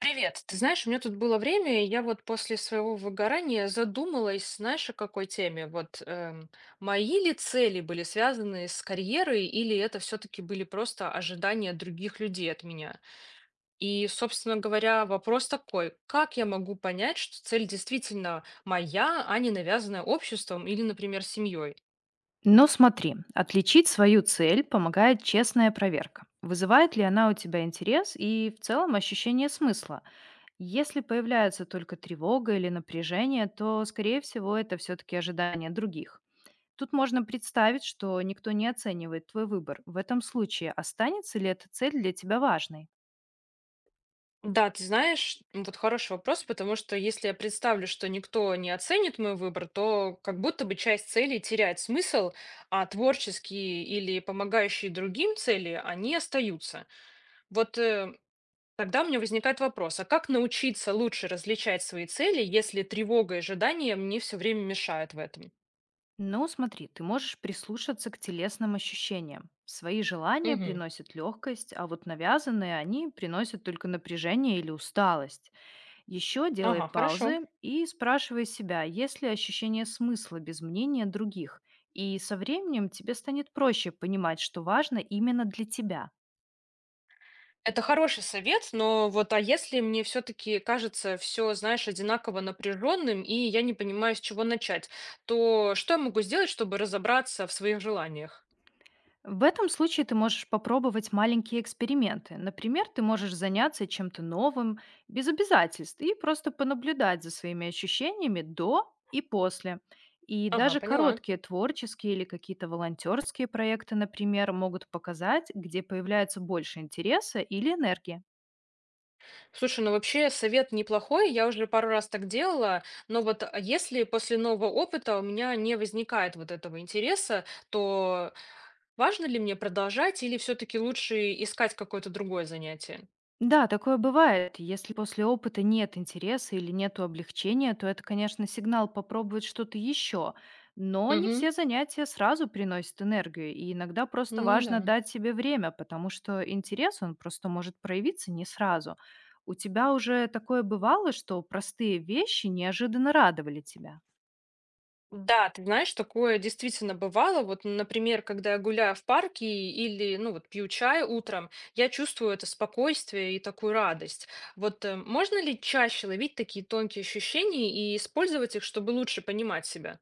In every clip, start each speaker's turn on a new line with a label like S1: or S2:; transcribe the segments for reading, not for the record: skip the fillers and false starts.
S1: Привет. Ты знаешь, у меня тут было время, и я вот после своего выгорания задумалась, знаешь, о какой теме? Мои ли цели были связаны с карьерой, или это все-таки были просто ожидания других людей от меня? И, собственно говоря, вопрос такой, как я могу понять, что цель действительно моя, а не навязанная обществом или, например, семьей?
S2: Но смотри, отличить свою цель помогает честная проверка. Вызывает ли она у тебя интерес и в целом ощущение смысла? Если появляется только тревога или напряжение, то, скорее всего, это все-таки ожидание других. Тут можно представить, что никто не оценивает твой выбор. В этом случае останется ли эта цель для тебя важной?
S1: Да, ты знаешь, вот хороший вопрос, потому что если я представлю, что никто не оценит мой выбор, то как будто бы часть целей теряет смысл, а творческие или помогающие другим цели, они остаются. Вот э, тогда у меня возникает вопрос, а как научиться лучше различать свои цели, если тревога и ожидания мне все время мешают в этом?
S2: Ну, смотри, ты можешь прислушаться к телесным ощущениям. Свои желания
S1: Мгм.
S2: приносят легкость, а вот навязанные они приносят только напряжение или усталость. Еще делай
S1: Ага, хорошо.
S2: паузы и спрашивай себя, есть ли ощущение смысла без мнения других. И со временем тебе станет проще понимать, что важно именно для тебя.
S1: Это хороший совет, но вот а если мне все-таки кажется все, знаешь, одинаково напряженным, и я не понимаю, с чего начать, то что я могу сделать, чтобы разобраться в своих желаниях?
S2: В этом случае ты можешь попробовать маленькие эксперименты. Например, ты можешь заняться чем-то новым, без обязательств, и просто понаблюдать за своими ощущениями до и после. И
S1: Ага,
S2: даже
S1: поняла.
S2: короткие творческие или какие-то волонтерские проекты, например, могут показать, где появляется больше интереса или энергии.
S1: Слушай, ну вообще совет неплохой, я уже пару раз так делала, но вот а если после нового опыта у меня не возникает вот этого интереса, то важно ли мне продолжать или все-таки лучше искать какое-то другое занятие?
S2: Да, такое бывает. Если после опыта нет интереса или нету облегчения, то это, конечно, сигнал попробовать что-то еще. Но не все
S1: Угу,
S2: занятия сразу приносят энергию, и иногда просто
S1: ну да.
S2: важно дать себе время, потому что интерес, он просто может проявиться не сразу. У тебя уже такое бывало, что простые вещи неожиданно радовали тебя?
S1: Да, ты знаешь, такое действительно бывало. Вот, например, когда я гуляю в парке или, ну, вот пью чай утром, я чувствую это спокойствие и такую радость. Можно ли чаще ловить такие тонкие ощущения и использовать их, чтобы лучше понимать себя?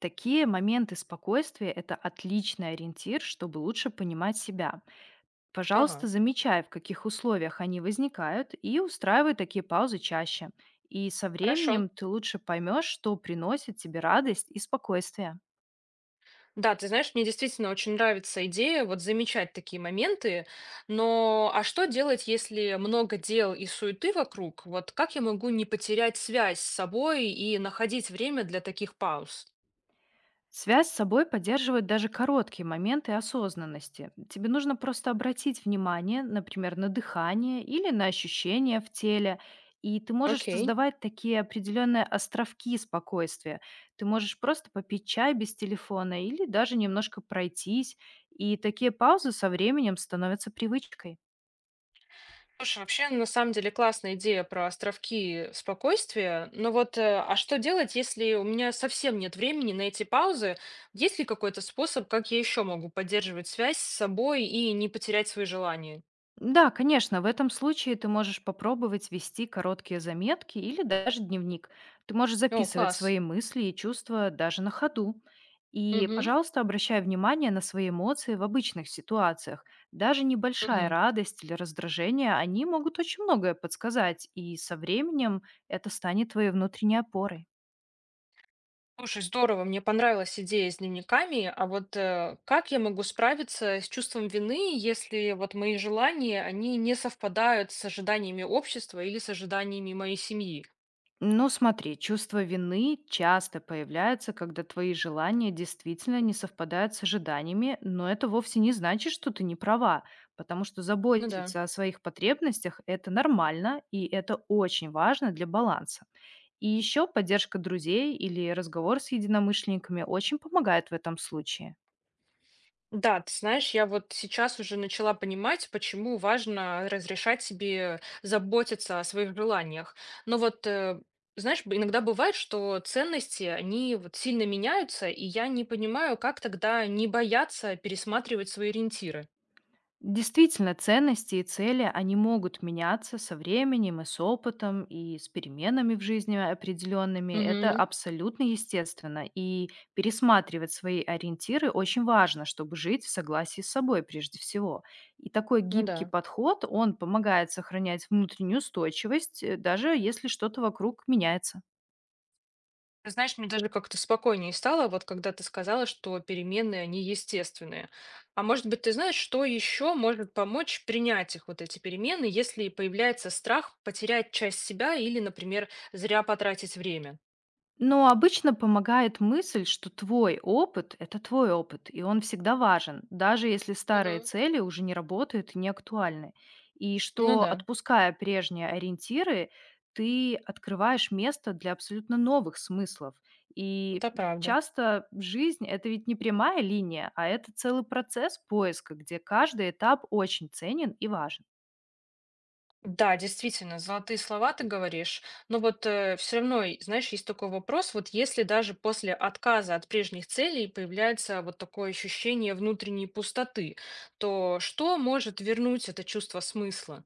S2: Такие моменты спокойствия– это отличный ориентир, чтобы лучше понимать себя. Пожалуйста,
S1: Ага,
S2: замечай, в каких условиях они возникают, и устраивай такие паузы чаще. И со
S1: хорошо.
S2: временем ты лучше поймешь, что приносит тебе радость и спокойствие.
S1: Да, ты знаешь, мне действительно очень нравится идея вот замечать такие моменты, но а что делать, если много дел и суеты вокруг? Вот как я могу не потерять связь с собой и находить время для таких пауз?
S2: Связь с собой поддерживают даже короткие моменты осознанности. Тебе нужно просто обратить внимание, например, на дыхание или на ощущения в теле, и ты можешь
S1: Окей.
S2: создавать такие определенные островки спокойствия. Ты можешь просто попить чай без телефона или даже немножко пройтись, и такие паузы со временем становятся привычкой.
S1: Слушай, вообще, на самом деле, классная идея про островки спокойствия. Но вот а что делать, если у меня совсем нет времени на эти паузы? Есть ли какой-то способ, как я еще могу поддерживать связь с собой и не потерять свои желания?
S2: Да, конечно, в этом случае ты можешь попробовать вести короткие заметки или даже дневник. Ты можешь
S1: О,
S2: записывать
S1: класс.
S2: свои мысли и чувства даже на ходу. И,
S1: Угу,
S2: пожалуйста, обращай внимание на свои эмоции в обычных ситуациях. Даже небольшая
S1: угу.
S2: радость или раздражение, они могут очень многое подсказать, и со временем это станет твоей внутренней опорой.
S1: Слушай, здорово, мне понравилась идея с дневниками, а вот как я могу справиться с чувством вины, если вот мои желания, они не совпадают с ожиданиями общества или с ожиданиями моей семьи?
S2: Ну, смотри, чувство вины часто появляется, когда твои желания действительно не совпадают с ожиданиями, но это вовсе не значит, что ты не права, потому что
S1: Ну да.
S2: заботиться о своих потребностях– это нормально, и это очень важно для баланса. И еще поддержка друзей или разговор с единомышленниками очень помогает в этом случае.
S1: Да, ты знаешь, я вот сейчас уже начала понимать, почему важно разрешать себе заботиться о своих желаниях. Но вот, знаешь, иногда бывает, что ценности, они вот сильно меняются, и я не понимаю, как тогда не бояться пересматривать свои ориентиры.
S2: Действительно, ценности и цели, они могут меняться со временем и с опытом, и с переменами в жизни определенными. Это
S1: Угу.
S2: абсолютно естественно. И пересматривать свои ориентиры очень важно, чтобы жить в согласии с собой прежде всего. И такой
S1: Ну да.
S2: гибкий подход, он помогает сохранять внутреннюю устойчивость, даже если что-то вокруг меняется.
S1: Ты знаешь, мне даже как-то спокойнее стало, вот когда ты сказала, что переменные, они естественные. А может быть, ты знаешь, что еще может помочь принять их, вот эти перемены, если появляется страх потерять часть себя или, например, зря потратить время?
S2: Но обычно помогает мысль, что твой опыт– это твой опыт, и он всегда важен, даже если старые
S1: Мгм.
S2: цели уже не работают и не актуальны. И
S1: Ну
S2: что,
S1: да,
S2: отпуская прежние ориентиры, ты открываешь место для абсолютно новых смыслов. И
S1: это правда.
S2: часто жизнь– это ведь не прямая линия, а это целый процесс поиска, где каждый этап очень ценен и важен.
S1: Да, действительно, золотые слова ты говоришь. Но вот все равно, и, знаешь, есть такой вопрос, вот если даже после отказа от прежних целей появляется вот такое ощущение внутренней пустоты, то что может вернуть это чувство смысла?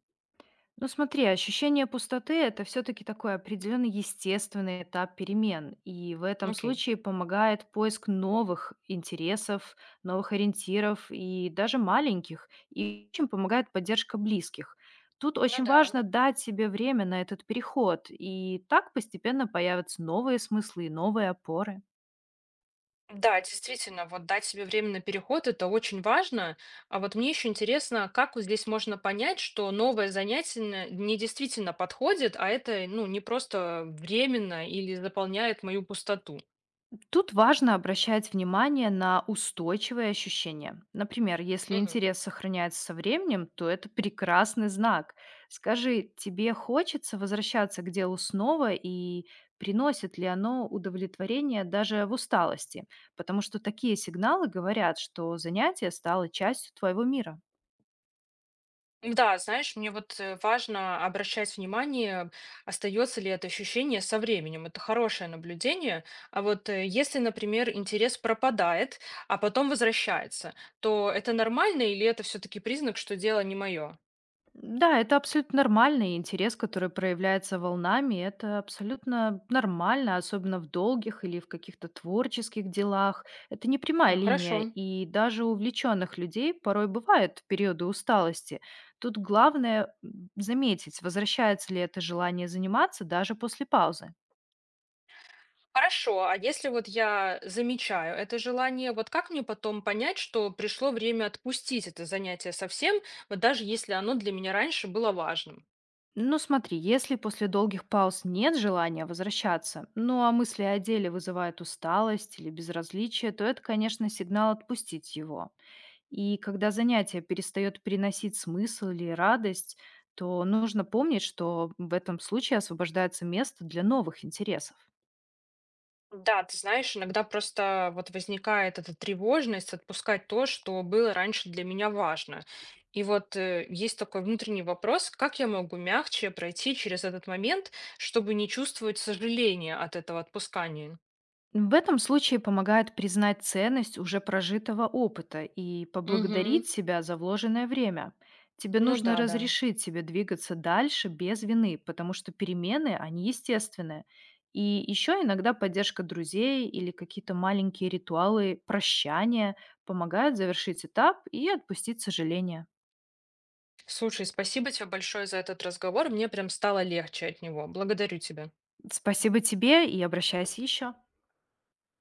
S2: Ну смотри, ощущение пустоты– это все-таки такой определенный естественный этап перемен, и в этом
S1: Окей.
S2: случае помогает поиск новых интересов, новых ориентиров и даже маленьких, и очень помогает поддержка близких. Тут
S1: Ну
S2: очень
S1: да.
S2: важно дать себе время на этот переход, и так постепенно появятся новые смыслы и новые опоры.
S1: Да, действительно, вот дать себе время на переход– это очень важно. А вот мне еще интересно, как вот здесь можно понять, что новое занятие не действительно подходит, а это, ну, не просто временно или заполняет мою пустоту.
S2: Тут важно обращать внимание на устойчивые ощущения. Например, если интерес сохраняется со временем, то это прекрасный знак. Скажи, тебе хочется возвращаться к делу снова и приносит ли оно удовлетворение даже в усталости? Потому что такие сигналы говорят, что занятие стало частью твоего мира.
S1: Да, знаешь, мне вот важно обращать внимание, остается ли это ощущение со временем. Это хорошее наблюдение. А вот если, например, интерес пропадает, а потом возвращается, то это нормально или это все-таки признак, что дело не мое?
S2: Да, это абсолютно нормальный интерес, который проявляется волнами. Это абсолютно нормально, особенно в долгих или в каких-то творческих делах. Это не прямая
S1: Ну,
S2: линия,
S1: хорошо.
S2: и даже у увлеченных людей порой бывают периоды усталости. Тут главное заметить, возвращается ли это желание заниматься даже после паузы.
S1: Хорошо, а если вот я замечаю это желание, вот как мне потом понять, что пришло время отпустить это занятие совсем, вот даже если оно для меня раньше было важным?
S2: Ну смотри, если после долгих пауз нет желания возвращаться, ну а мысли о деле вызывают усталость или безразличие, то это, конечно, сигнал отпустить его. И когда занятие перестает приносить смысл или радость, то нужно помнить, что в этом случае освобождается место для новых интересов.
S1: Да, ты знаешь, иногда просто вот возникает эта тревожность отпускать то, что было раньше для меня важно. И есть такой внутренний вопрос, как я могу мягче пройти через этот момент, чтобы не чувствовать сожаления от этого отпускания?
S2: В этом случае помогает признать ценность уже прожитого опыта и
S1: Угу.
S2: поблагодарить себя за вложенное время. Тебе
S1: Ну
S2: нужно
S1: да, да.
S2: разрешить себе двигаться дальше без вины, потому что перемены, они естественные. И еще иногда поддержка друзей или какие-то маленькие ритуалы прощания помогают завершить этап и отпустить сожаление.
S1: Слушай, спасибо тебе большое за этот разговор. Мне прям стало легче от него. Благодарю тебя.
S2: Спасибо тебе и обращайся еще.